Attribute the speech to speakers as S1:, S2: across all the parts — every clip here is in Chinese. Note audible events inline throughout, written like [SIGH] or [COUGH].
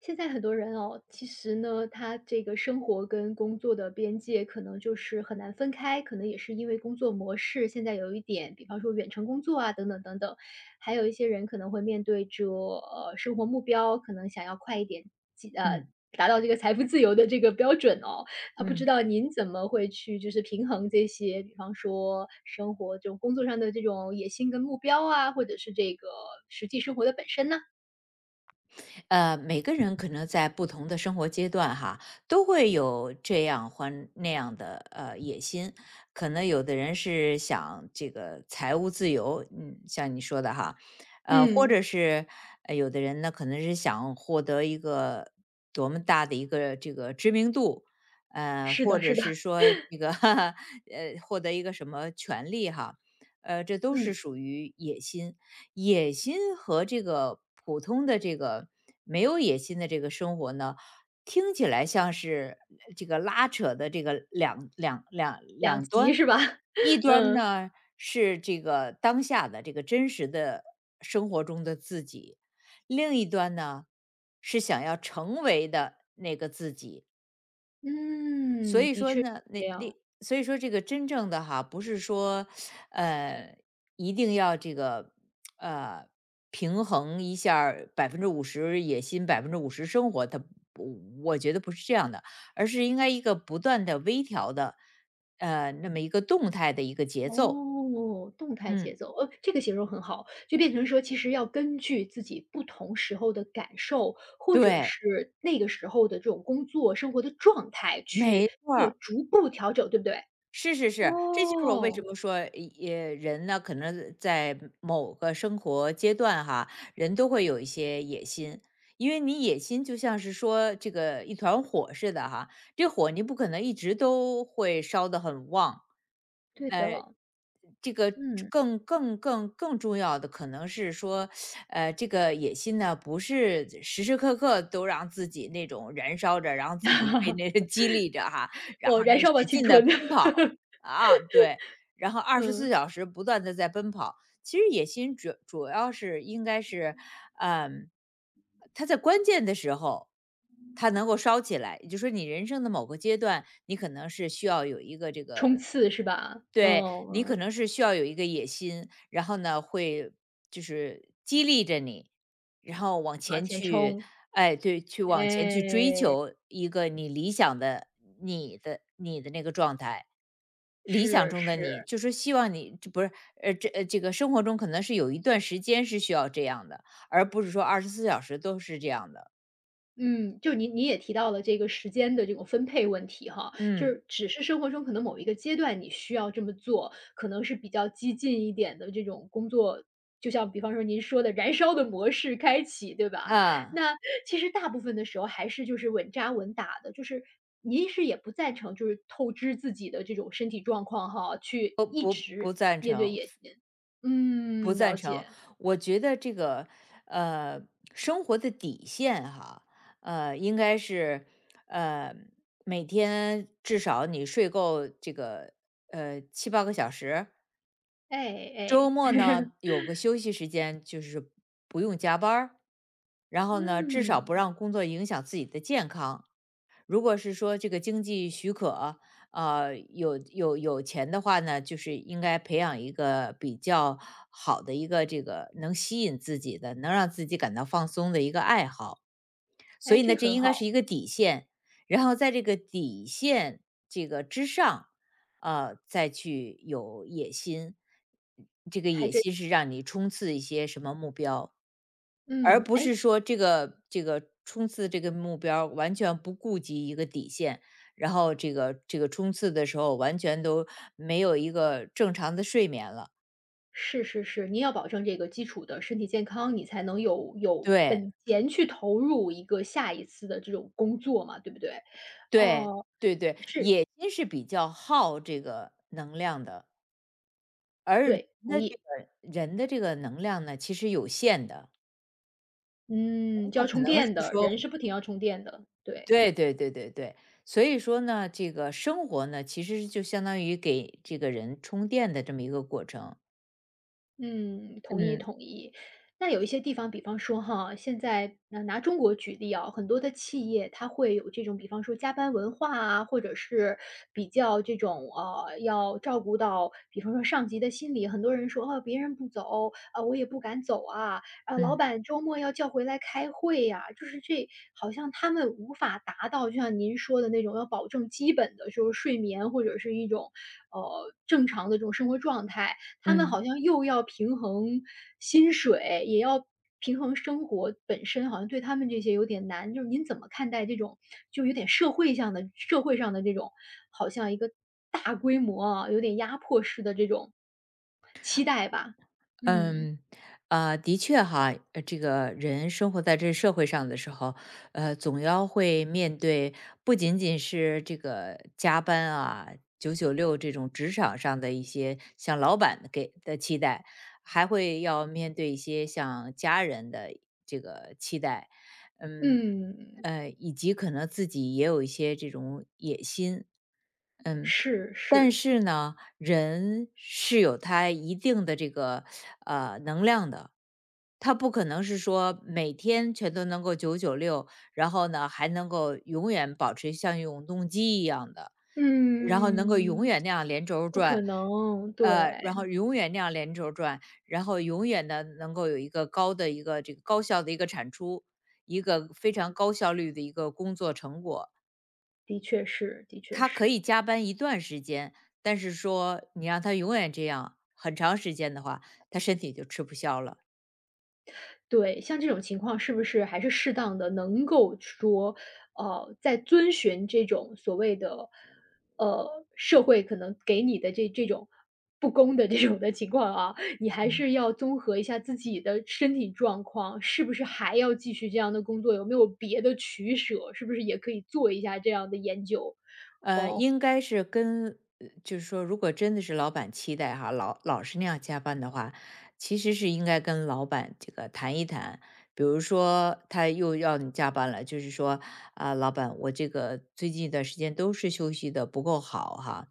S1: 现在很多人哦，其实呢，他这个生活跟工作的边界可能就是很难分开，可能也是因为工作模式现在有一点，比方说远程工作啊，等等等等。还有一些人可能会面对着生活目标，可能想要快一点，进呃
S2: 嗯
S1: 达到这个财富自由的这个标准哦。啊，不知
S2: 嗯，
S1: 道您怎么会去就是平衡这些，比方说生活这种工作上的这种野心跟目标啊，或者是这个实际生活的本身呢？
S2: 每个人可能在不同的生活阶段哈，都会有这样或那样的野心。可能有的人是想这个财务自由，嗯，像你说的哈，或
S1: 嗯，
S2: 者是有的人呢，可能是想获得一个多么大的一个这个知名度，
S1: 是
S2: 或
S1: 的，是
S2: 者
S1: 的。
S2: 是说这个 [LAUGHS] 哈哈，[LAUGHS] 获得一个什么权利哈，这都是
S1: 嗯。
S2: 属于野心。野心和这个普通的这个没有野心的这个生活呢，听起来像是这个拉扯的这个
S1: 两
S2: 两
S1: 极
S2: 端，
S1: 是吧？
S2: 一
S1: [LAUGHS]
S2: 端
S1: 嗯。
S2: 呢是这个当下的这个真实的生活中的自己，另一端呢是想要成为的那个自己。所
S1: 嗯，
S2: 以
S1: 的
S2: 说
S1: 确是
S2: 呢，
S1: 这样。
S2: 所以说这个真正的哈，不是说呃一定要这个呃平衡一下百分之五十野心，百分之五十生活，它不我觉得不是这样的，而是应该一个不断的微调的那么一个动态的一个节奏。
S1: 哦，动态节
S2: 嗯，
S1: 奏，这个形容很好。就变成说其实要根据自己不同时候的感受，或者
S2: 对，
S1: 是那个时候的这种工作生活的状态去
S2: 没错儿
S1: 做逐步调整，对不对？
S2: 是是是，这就是我为什
S1: 哦，
S2: 么说，也人呢，可能在某个生活阶段哈，人都会有一些野心，因为你野心就像是说这个一团火似的哈，这火你不可能一直都会烧得很旺，
S1: 对的，
S2: 这个
S1: 嗯。
S2: 更重要的可能是说，这个野心呢，不是时时刻刻都让自己那种燃烧着，然后自己被那个激励着哈，然后
S1: 哦，燃
S2: 那
S1: 烧吧
S2: 使
S1: 青
S2: 劲的
S1: 春，
S2: 奔
S1: [LAUGHS]
S2: 跑啊，对，然后二十四
S1: 嗯，
S2: 小时不断的在奔跑。其实野心主要是应该是，嗯，他在关键的时候，他能够烧起来，也就是说你人生的某个阶段，你可能是需要有一个这个
S1: 冲刺是吧？
S2: 对，你可
S1: 嗯，
S2: 能是需要有一个野心，然后呢，会就是激励着你，然后往
S1: 往
S2: 前
S1: 前
S2: 去，
S1: 冲，
S2: 哎，对，去往前去追
S1: 哎，
S2: 求一个你理想的你的那个状态，理想
S1: 是
S2: 中的你，
S1: 是。
S2: 就是希望你这不是这个生活中可能是有一段时间是需要这样的，而不是说二十四小时都是这样的。
S1: 嗯，就您，您也提到了这个时间的这种分配问题哈，就
S2: 嗯，
S1: 是只是生活中可能某一个阶段你需要这么做，可能是比较激进一点的这种工作，就像比方说您说的燃烧的模式开启，对吧？
S2: 啊，
S1: 那其实大部分的时候还是就是稳扎稳打的，就是您是也不赞成就是透支自己的这种身体状况哈，去
S2: 不
S1: 一
S2: 不
S1: 直
S2: 不赞
S1: 面对
S2: 成，
S1: 野心。
S2: 不
S1: 嗯，
S2: 赞
S1: 了
S2: 成。
S1: 解。
S2: 我觉得这个呃，生活的底线哈，应该是呃，每天至少你睡够这个7、8个小时，
S1: 哎
S2: 周
S1: 哎，
S2: 末呢，
S1: [LAUGHS]
S2: 有个休息时间，就是不用加班儿，然后呢，至少不
S1: 嗯，
S2: 让工作影响自己的健康。如果是说这个经济许可，有钱的话呢，就是应该培养一个比较好的一个这个能吸引自己的，能让自己感到放松的一个爱好。所
S1: 哎，
S2: 以呢，
S1: 这
S2: 这
S1: 很
S2: 应该
S1: 好，
S2: 是一个底线，然后在这个底线这个之上，啊，再去有野心。这个
S1: 还
S2: 野
S1: 真
S2: 心是让你冲刺一些什么目标，而
S1: 嗯，
S2: 不
S1: 哎，
S2: 是说这个冲刺这个目标完全不顾及一个底线，然后这个冲刺的时候完全都没有一个正常的睡眠了。
S1: 是是是，你要保证这个基础的身体健康，你才能有本钱去投入一个下一次的这种工作嘛，对不对？
S2: 对
S1: 哦，
S2: 对对对，
S1: 是，
S2: 野心是比较耗这个能量的。而
S1: 对，同意。
S2: 人的这个能量呢，其实有限的，
S1: 嗯，就
S2: 不
S1: 要
S2: 可
S1: 充
S2: 能是
S1: 电的，
S2: 说
S1: 人是不停要充电的，对。
S2: 对对对对对。所以说呢，这个生活呢，其实就相当于给这个人充电的这么一个过程。
S1: 嗯，同意
S2: 嗯
S1: 同意。那有一些地方，比方说哈，现在拿中国举例啊，很多的企业它会有这种，比方说加班文化啊，或者是比较这种要照顾到，比方说上级的心理。很多人说哦，别人不走啊，我也不敢走啊，啊，老
S2: 嗯
S1: 板周末要叫回来开会呀、就是这好像他们无法达到，就像您说的那种要保证基本的，就是睡眠或者是一种呃正常的这种生活状态。他们
S2: 嗯。
S1: 好像又要平衡薪水，也要平衡生活本身，好像对他们这些有点难。就是您怎么看待这种就有点社会上的这种，好像一个大规模啊，有点压迫式的这种期待吧？嗯，
S2: 嗯，啊，的确哈，这个人生活在这社会上的时候，总要会面对不仅仅是这个加班啊、九九六这种职场上的一些像老板的给的期待，还会要面对一些像家人的这个期待，嗯，
S1: 嗯，
S2: 以及可能自己也有一些这种野心，嗯，
S1: 是
S2: 但
S1: 是，
S2: 是呢，人是有他一定的这个能量的。他不可能是说每天全都能够九九六，然后呢还能够永远保持像永动机一样的，然后能够永
S1: 嗯，
S2: 远那样连轴儿
S1: 不可
S2: 转，
S1: 能，对，
S2: 然后永远的能够有一个高的一个这个高效的一个产出，一个非常高效率的一个工作成果。
S1: 的确是的确
S2: 他可
S1: 是。
S2: 以加班一段时间，但是说你让他永远这样很长时间的话，他身体就吃不消了。
S1: 对，像这种情况是不是还是适当的？能够说，在遵循这种所谓的，呃，社会可能给你的这种不公的这种的情况啊，你还
S2: 嗯。
S1: 是要综合一下自己的身体状况，是不是还要继续这样的工作？有没有别的取舍？是不是也可以做一下这样的研究？
S2: 应该是跟就是说，如果真的是老板期待哈，老是那样加班的话，其实是应该跟老板这个谈一谈。比如说，他又要你加班了，就是说啊、老板，我这个最近一段时间都是休息的不够好哈，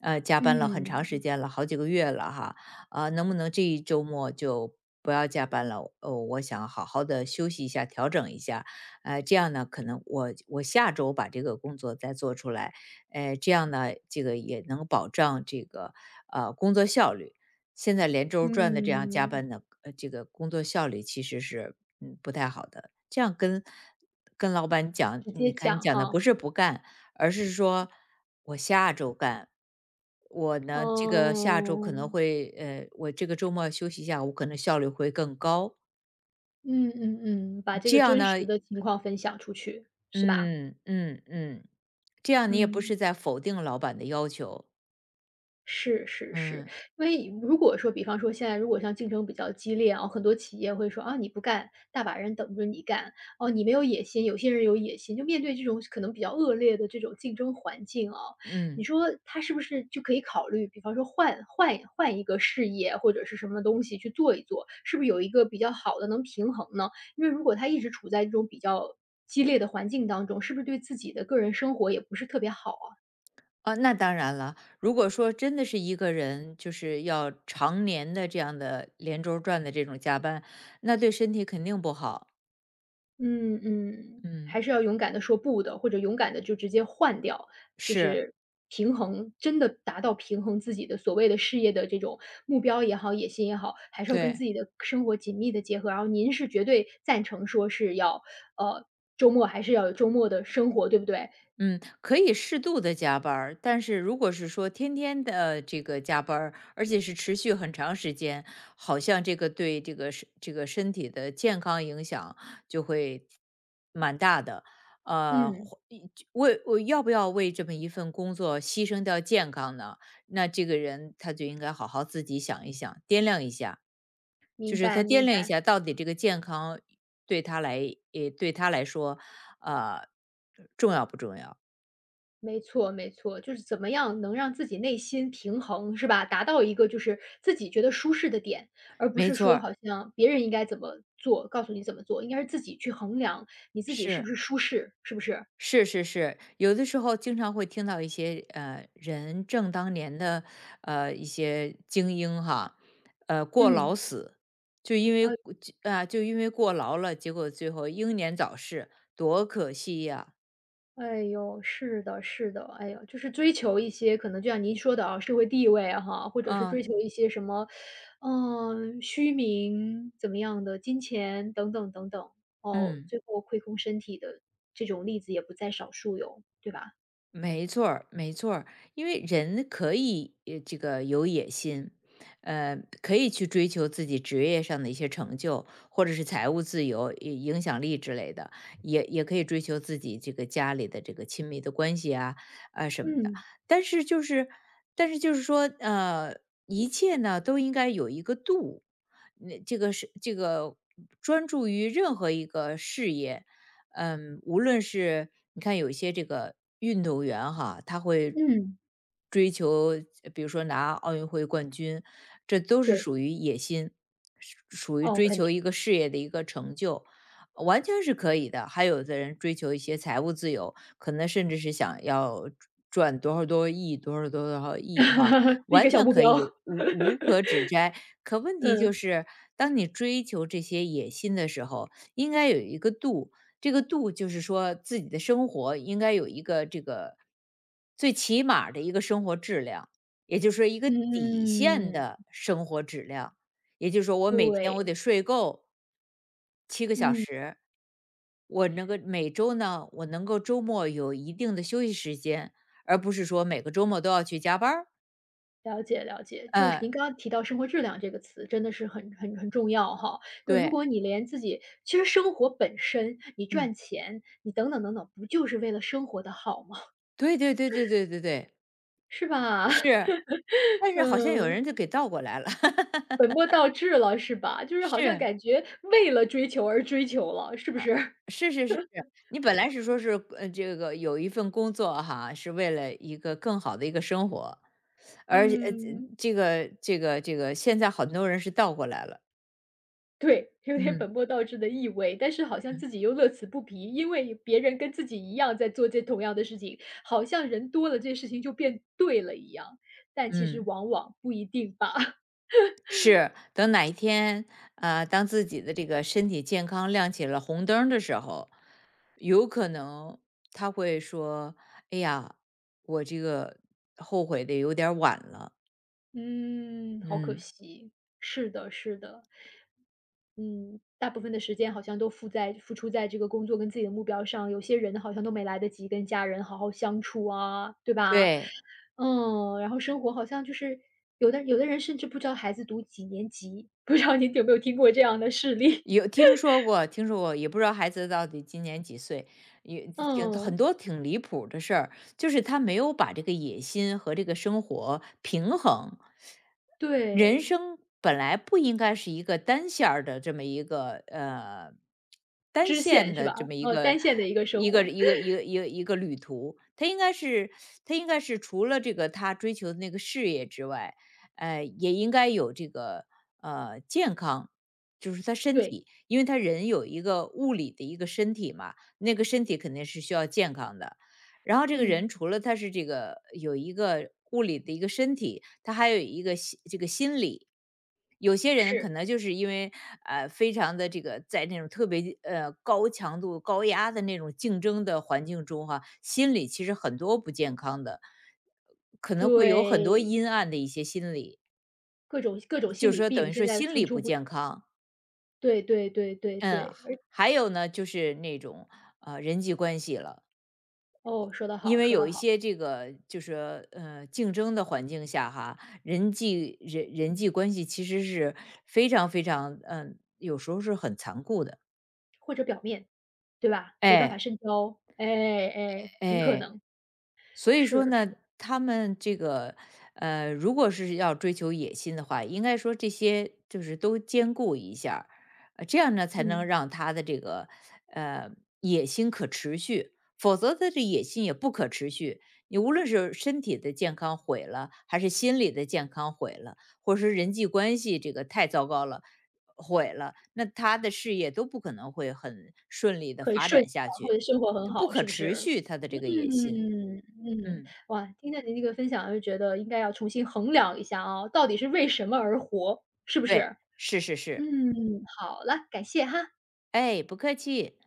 S2: 加班了很长时
S1: 嗯，
S2: 间了，好几个月了哈，啊、能不能这一周末就不要加班了？哦，我想好好的休息一下，调整一下，这样呢，可能我下周把这个工作再做出来。哎，这样呢，这个也能保障这个工作效率。现在连轴转的这样加
S1: 嗯，
S2: 班呢，这个工作效率其实是不太好的。这样跟老板讲，
S1: 直接
S2: 你看
S1: 讲
S2: 你讲的不
S1: 哈，
S2: 是不干，而是说我下周干。我呢，这个下周可能
S1: 嗯。
S2: 会，我这个周末休息一下，我可能效率会更高。
S1: 嗯嗯嗯，把这
S2: 这
S1: 个
S2: 样
S1: 真实
S2: 呢，
S1: 的情况分享出去，是吧？
S2: 嗯嗯嗯，这样你也不
S1: 嗯。
S2: 是在否定老板的要求，
S1: 是是是，
S2: 嗯
S1: 因为如果说比方说现在如果像竞争比较激烈啊，很多企业会说：“啊，你不干，大把人等着你干。哦，你没有野心，有些人有野心。”就面对这种可能比较恶劣的这种竞争环境啊，你
S2: 嗯。
S1: 说他是不是就可以考虑，比方说换一个事业或者是什么东西去做一做，是不是有一个比较好的能平衡呢？因为如果他一直处在这种比较激烈的环境当中，是不是对自己的个人生活也不是特别好
S2: 啊，那当然了。如果说真的是一个人，就是要常年的这样的连轴转的这种加班，那对身体肯定不好。
S1: 嗯嗯，还
S2: 嗯，
S1: 是要勇敢的说不的，或者勇敢的就直接换掉，就
S2: 是，
S1: 是平衡真的达到平衡自己的所谓的事业的这种目标也好、野心也好，还是要跟
S2: 对。
S1: 自己的生活紧密的结合。然后您是绝对赞成说是要，呃，周末还是要有周末的生活，对不对？
S2: 嗯，可以适度的加班儿但是如果是说天天的这个加班儿而且是持续很长时间，好像这个对这个身体的健康影响就会蛮大的。呃，
S1: 嗯，
S2: 或一为我要不要为这么一份工作牺牲掉健康呢？那这个人他就应该好好自己想一想，掂量一下，就
S1: 明
S2: 是他
S1: 白
S2: 掂
S1: 明
S2: 量一
S1: 白。
S2: 下到底这个健康对他来，也对他来说，呃，重要不重要？
S1: 没错没错，就是怎么样能让自己内心平衡，是吧？达到一个就是自己觉得舒适的点，而不
S2: 没
S1: 是
S2: 错
S1: 说
S2: 儿
S1: 好像别人应该怎么做，告诉你怎么做，应该是自己去衡量你自己是不
S2: 是
S1: 是舒适，是不是？
S2: 是是是，有的时候经常会听到一些人正当年的一些精英哈，过劳
S1: 嗯，
S2: 死，就因为
S1: 啊，
S2: 过就啊就因为过劳了，结果最后英年早逝，多可惜呀！
S1: 哎呦，是的，是的，哎呦，就是追求一些可能就像您说的啊，社会地位啊哈，或者是追
S2: 啊，
S1: 求一些什么，嗯，虚名怎么样的，金钱等等等等，哦，
S2: 嗯。
S1: 最后亏空身体的这种例子也不在少数哟，对吧？
S2: 没错儿，没错儿，因为人可以这个有野心，呃，可以去追求自己职业上的一些成就，或者是财务自由、影响力之类的，也可以追求自己这个家里的这个亲密的关系啊啊什么的。
S1: 嗯，
S2: 但是就是，但是就是说，一切呢都应该有一个度，那这个是这个专注于任何一个事业，嗯，无论是你看有一些这个运动员哈，他会
S1: 嗯，
S2: 追求，比如说拿奥运会冠军，这都是
S1: 对，
S2: 属于野心，属于
S1: 哦，
S2: 追
S1: 肯定，
S2: 求一个事业的一个成就，完全是可以的。还有的人追求一些财务自由，可能甚至是想要赚多少多少亿、多少多少亿哈，
S1: [LAUGHS] 立
S2: 完
S1: 个小
S2: 全
S1: 目
S2: 可
S1: 标，
S2: 以，
S1: [LAUGHS]
S2: 无可指摘。可问题
S1: 嗯，
S2: 就是，当你追求这些野心的时候，应该有一个度，这个度就是说自己的生活应该有一个这个最起码儿的一个生活质量，也就是说一个底线
S1: 嗯，
S2: 的生活质量。也就是说我每天我
S1: 对，
S2: 得睡够七个小
S1: 嗯。
S2: 时，我那个每周呢，我能够周末有一定的休息时间，而不是说每个周末都要去加班儿。
S1: 了解了解，就是
S2: 呃
S1: 您刚刚提到生活质量这个词，真的是很很很重要哈。就是如
S2: 对，
S1: 果你连自己其实生活本身，你
S2: 嗯，
S1: 赚钱，你等等等等，不就是为了生活的好吗？
S2: 对对对对对对对，
S1: 是吧？
S2: 是，
S1: [LAUGHS]
S2: 但是好像有人
S1: 嗯，
S2: 就给倒过来了，[LAUGHS]
S1: 本末倒置了是吧？就是好像
S2: 是。
S1: 感觉为了追求而追求了，是不是？[LAUGHS]
S2: 是是是是，你本来是说是这个有一份工作哈，是为了一个更好的一个生活，而且
S1: 嗯。
S2: 这个，现在很多人是倒过来了，
S1: 对，[LAUGHS] 有点本
S2: 嗯
S1: 末倒置的意味，但是好像自己又乐此不疲，因为别人跟自己一样在做这同样的事情，好像人多了这事情就变对了一样，但其实
S2: 嗯，
S1: 往往不一定吧。
S2: 是等哪一天啊，当自己的这个身体健康亮起了红灯儿的时候，有可能他会说：“哎呀，我这个后悔的有点儿晚了。”
S1: 嗯，好可
S2: 嗯，
S1: 惜。是的，是的。嗯，大部分的时间好像都付在付出在这个工作跟自己的目标上，有些人好像都没来得及跟家人好好相处啊，对吧？
S2: 对。
S1: 嗯，然后生活好像就是有的人甚至不知道孩子读几年级，不知道你有没有听过这样的事例？
S2: 有
S1: [LAUGHS]
S2: 听说过，听说过，也不知道孩子到底今年几岁，也挺很
S1: 嗯，
S2: 多挺离谱的事儿，就是他没有把这个野心和这个生活平衡。人
S1: 对，
S2: 生本来不应该是一个单
S1: 支线
S2: 线
S1: 是
S2: 的
S1: 吧？
S2: 这么一个
S1: 单线的一个生活。
S2: 旅途，他应该是除了这个他追求的那个事业之外，也应该有这个健康。就是他身
S1: 对，
S2: 体，因为他人有一个物理的一个身体嘛，那个身体肯定是需要健康的。然后这个
S1: 嗯，
S2: 人除了他是这个有一个物理的一个身体，他还有一个心这个心理。有些人可
S1: 是，
S2: 能就是因为非常的这个在那种特别高强度、高压的那种竞争的环境中哈、心理其实很多不健康的，可能会有很多
S1: 对，
S2: 阴暗的一些心理，
S1: 各种各种
S2: 就
S1: 心
S2: 是
S1: 理
S2: 说等
S1: 病
S2: 于
S1: 现
S2: 说
S1: 在
S2: 心
S1: 层
S2: 理
S1: 出
S2: 不
S1: 不
S2: 健康。
S1: 对对对对
S2: 嗯，
S1: 对，而
S2: 还有呢，就是那种人际关系了，
S1: 哦，说得
S2: 因
S1: 好
S2: 为
S1: 说得
S2: 有一
S1: 好，
S2: 些这个就是竞争的环境下哈，人际关系其实是非常非常有时候是很残酷的。
S1: 或者表面，对吧？没办法
S2: 哎
S1: 深交，哎哎，很可
S2: 哎，
S1: 能，
S2: 所以说
S1: 是是，
S2: 呢，他们这个如果是要追求野心的话，应该说这些就是都兼顾一下儿这样呢才能
S1: 嗯，
S2: 让他的这个呃野心可持续，否则他这野心也不可持续。你无论是身体的健康毁了，还是心理的健康毁了，或者是人际关系这个太糟糕了。毁了，那他的事业都不可能会很顺利的
S1: 很
S2: 发
S1: 顺
S2: 展下
S1: 畅或
S2: 去，
S1: 者生活很
S2: 他不
S1: 好，
S2: 可
S1: 是不
S2: 持
S1: 是？
S2: 续，他的这个野心，
S1: 嗯嗯，
S2: 嗯。
S1: 哇，听到您这个分享就觉得应该要重新衡量一下啊，到底是为什么而活，是不
S2: 对，
S1: 是？
S2: 是是是，
S1: 嗯，好了，感谢哈。
S2: 哎，不客气。